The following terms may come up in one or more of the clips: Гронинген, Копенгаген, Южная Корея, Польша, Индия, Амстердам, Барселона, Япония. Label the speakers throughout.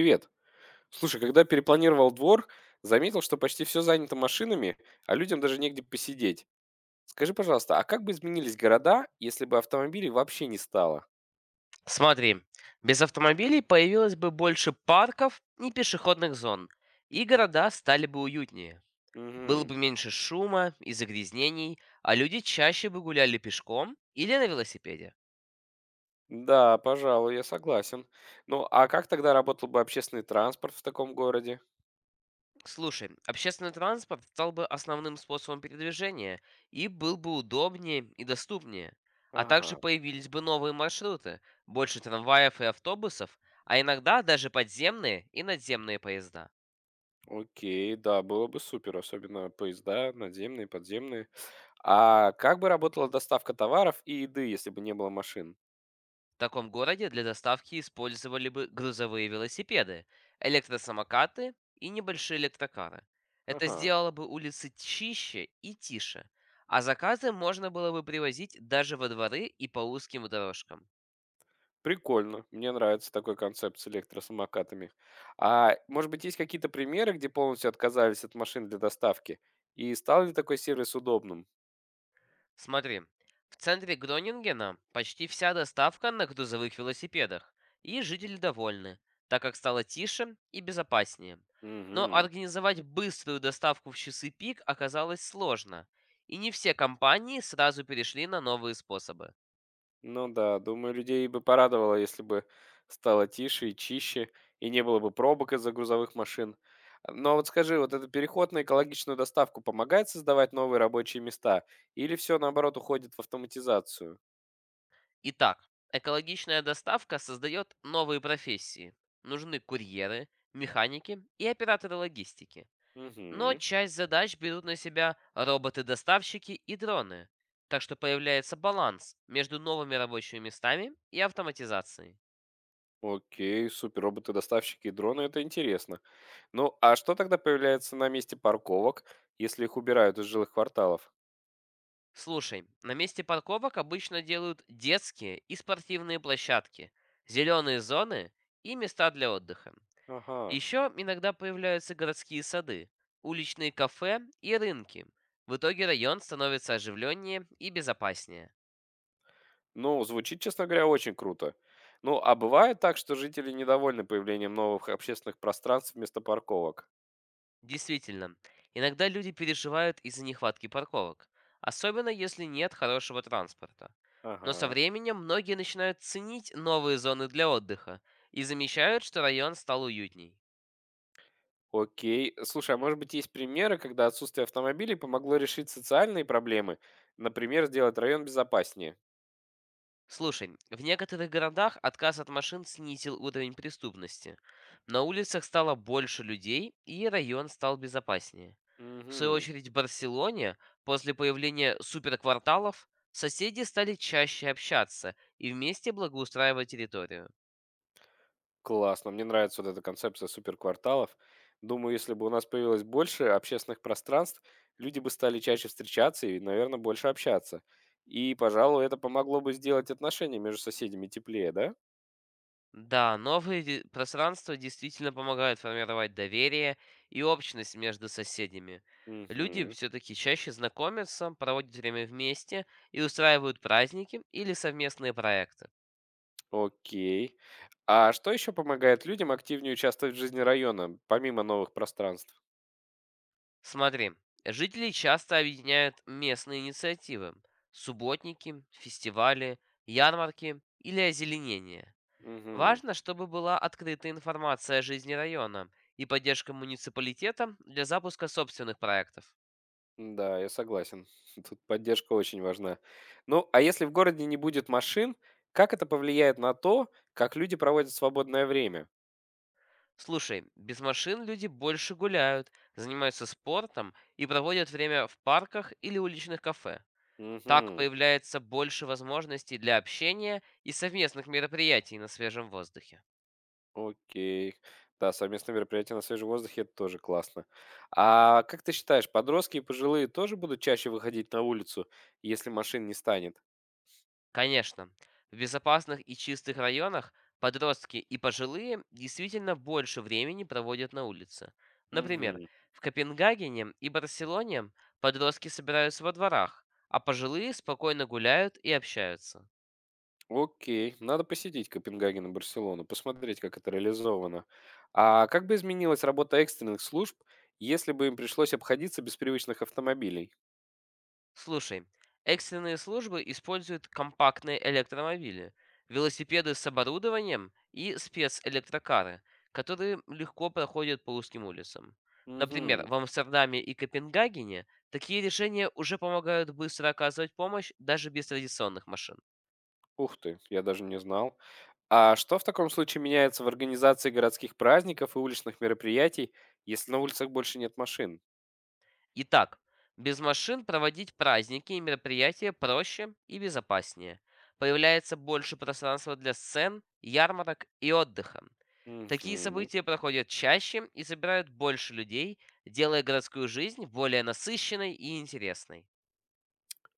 Speaker 1: Привет. Слушай, когда перепланировал двор, заметил, что почти все занято машинами, а людям даже негде посидеть. Скажи, пожалуйста, а как бы изменились города, если бы автомобилей вообще не стало?
Speaker 2: Смотри, без автомобилей появилось бы больше парков и пешеходных зон, и города стали бы уютнее. Было
Speaker 1: Мгм.
Speaker 2: бы меньше шума и загрязнений, а люди чаще бы гуляли пешком или на велосипеде.
Speaker 1: Да, пожалуй, я согласен. Ну, а как тогда работал бы общественный транспорт в таком городе?
Speaker 2: Слушай, общественный транспорт стал бы основным способом передвижения и был бы удобнее и доступнее. А также
Speaker 1: Ага,
Speaker 2: появились бы новые маршруты, больше трамваев и автобусов, а иногда даже подземные и надземные поезда.
Speaker 1: окей, да, было бы супер, особенно поезда, надземные, подземные. А как бы работала доставка товаров и еды, если бы не было машин?
Speaker 2: В таком городе для доставки использовали бы грузовые велосипеды, электросамокаты и небольшие электрокары. Это
Speaker 1: Ага.
Speaker 2: сделало бы улицы чище и тише, а заказы можно было бы привозить даже во дворы и по узким дорожкам.
Speaker 1: Прикольно. Мне нравится такой концепт с электросамокатами. А может быть, есть какие-то примеры, где полностью отказались от машин для доставки? И стал ли такой сервис удобным?
Speaker 2: Смотри, в центре Гронингена почти вся доставка на грузовых велосипедах, и жители довольны, так как стало тише и безопаснее. Но
Speaker 1: Мгм.
Speaker 2: организовать быструю доставку в часы пик оказалось сложно, и не все компании сразу перешли на новые способы.
Speaker 1: Ну да, думаю, людей бы порадовало, если бы стало тише и чище, и не было бы пробок из-за грузовых машин. Но вот скажи, вот этот переход на экологичную доставку помогает создавать новые рабочие места? Или все, наоборот, уходит в автоматизацию?
Speaker 2: Итак, экологичная доставка создает новые профессии. Нужны курьеры, механики и операторы логистики. Но
Speaker 1: Угу.
Speaker 2: часть задач берут на себя роботы-доставщики и дроны, так что появляется баланс между новыми рабочими местами и автоматизацией.
Speaker 1: Окей, супер. Роботы-доставщики и дроны, это интересно. Ну, а что тогда появляется на месте парковок, если их убирают из жилых кварталов?
Speaker 2: Слушай, на месте парковок обычно делают детские и спортивные площадки, зеленые зоны и места для отдыха.
Speaker 1: Ага.
Speaker 2: Еще иногда появляются городские сады, уличные кафе и рынки. В итоге район становится оживленнее и безопаснее.
Speaker 1: Ну, звучит, честно говоря, очень круто. Ну, а бывает так, что жители недовольны появлением новых общественных пространств вместо парковок?
Speaker 2: Действительно, иногда люди переживают из-за нехватки парковок, особенно если нет хорошего транспорта. Но со
Speaker 1: Ага.
Speaker 2: временем многие начинают ценить новые зоны для отдыха и замечают, что район стал уютней.
Speaker 1: Окей. Слушай, а может быть есть примеры, когда отсутствие автомобилей помогло решить социальные проблемы? Например, сделать район безопаснее?
Speaker 2: Слушай, в некоторых городах отказ от машин снизил уровень преступности. На улицах стало больше людей, и район стал безопаснее. В свою
Speaker 1: Угу.
Speaker 2: очередь в Барселоне, после появления суперкварталов, соседи стали чаще общаться и вместе благоустраивать территорию.
Speaker 1: Классно, мне нравится вот эта концепция суперкварталов. Думаю, если бы у нас появилось больше общественных пространств, люди бы стали чаще встречаться и, наверное, больше общаться. И, пожалуй, это помогло бы сделать отношения между соседями теплее, да?
Speaker 2: Да, новые пространства действительно помогают формировать доверие и общность между соседями. Люди
Speaker 1: Угу,
Speaker 2: все-таки чаще знакомятся, проводят время вместе и устраивают праздники или совместные проекты.
Speaker 1: окей. А что еще помогает людям активнее участвовать в жизни района, помимо новых пространств?
Speaker 2: Смотри, жители часто объединяют местные инициативы, субботники, фестивали, ярмарки или озеленение.
Speaker 1: Угу.
Speaker 2: Важно, чтобы была открыта информация о жизни района и поддержка муниципалитета для запуска собственных проектов.
Speaker 1: Да, я согласен. Тут поддержка очень важна. Ну, а если в городе не будет машин, как это повлияет на то, как люди проводят свободное время?
Speaker 2: Слушай, без машин люди больше гуляют, занимаются спортом и проводят время в парках или уличных кафе. Так
Speaker 1: Угу,
Speaker 2: появляется больше возможностей для общения и совместных мероприятий на свежем воздухе.
Speaker 1: окей. Да, совместные мероприятия на свежем воздухе– это тоже классно. А как ты считаешь, подростки и пожилые тоже будут чаще выходить на улицу, если машин не станет?
Speaker 2: Конечно, в безопасных и чистых районах подростки и пожилые действительно больше времени проводят на улице. Например,
Speaker 1: Угу.
Speaker 2: в Копенгагене и Барселоне подростки собираются во дворах, а пожилые спокойно гуляют и общаются.
Speaker 1: Окей, надо посетить Копенгаген и Барселону, посмотреть, как это реализовано. А как бы изменилась работа экстренных служб, если бы им пришлось обходиться без привычных автомобилей?
Speaker 2: Слушай, экстренные службы используют компактные электромобили, велосипеды с оборудованием и спецэлектрокары, которые легко проходят по узким улицам. Например,
Speaker 1: Угу.
Speaker 2: в Амстердаме и Копенгагене такие решения уже помогают быстро оказывать помощь даже без традиционных машин.
Speaker 1: Ух ты, я даже не знал. А что в таком случае меняется в организации городских праздников и уличных мероприятий, если на улицах больше нет машин?
Speaker 2: Итак, без машин проводить праздники и мероприятия проще и безопаснее. Появляется больше пространства для сцен, ярмарок и отдыха. Такие
Speaker 1: Угу.
Speaker 2: события проходят чаще и собирают больше людей, делая городскую жизнь более насыщенной и интересной.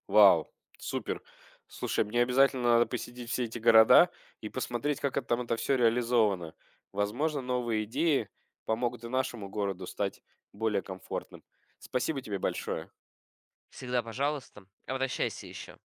Speaker 1: Вау, супер. Слушай, мне обязательно надо посетить все эти города и посмотреть, как там это все реализовано. Возможно, новые идеи помогут и нашему городу стать более комфортным. Спасибо тебе большое.
Speaker 2: Всегда, пожалуйста, обращайся еще.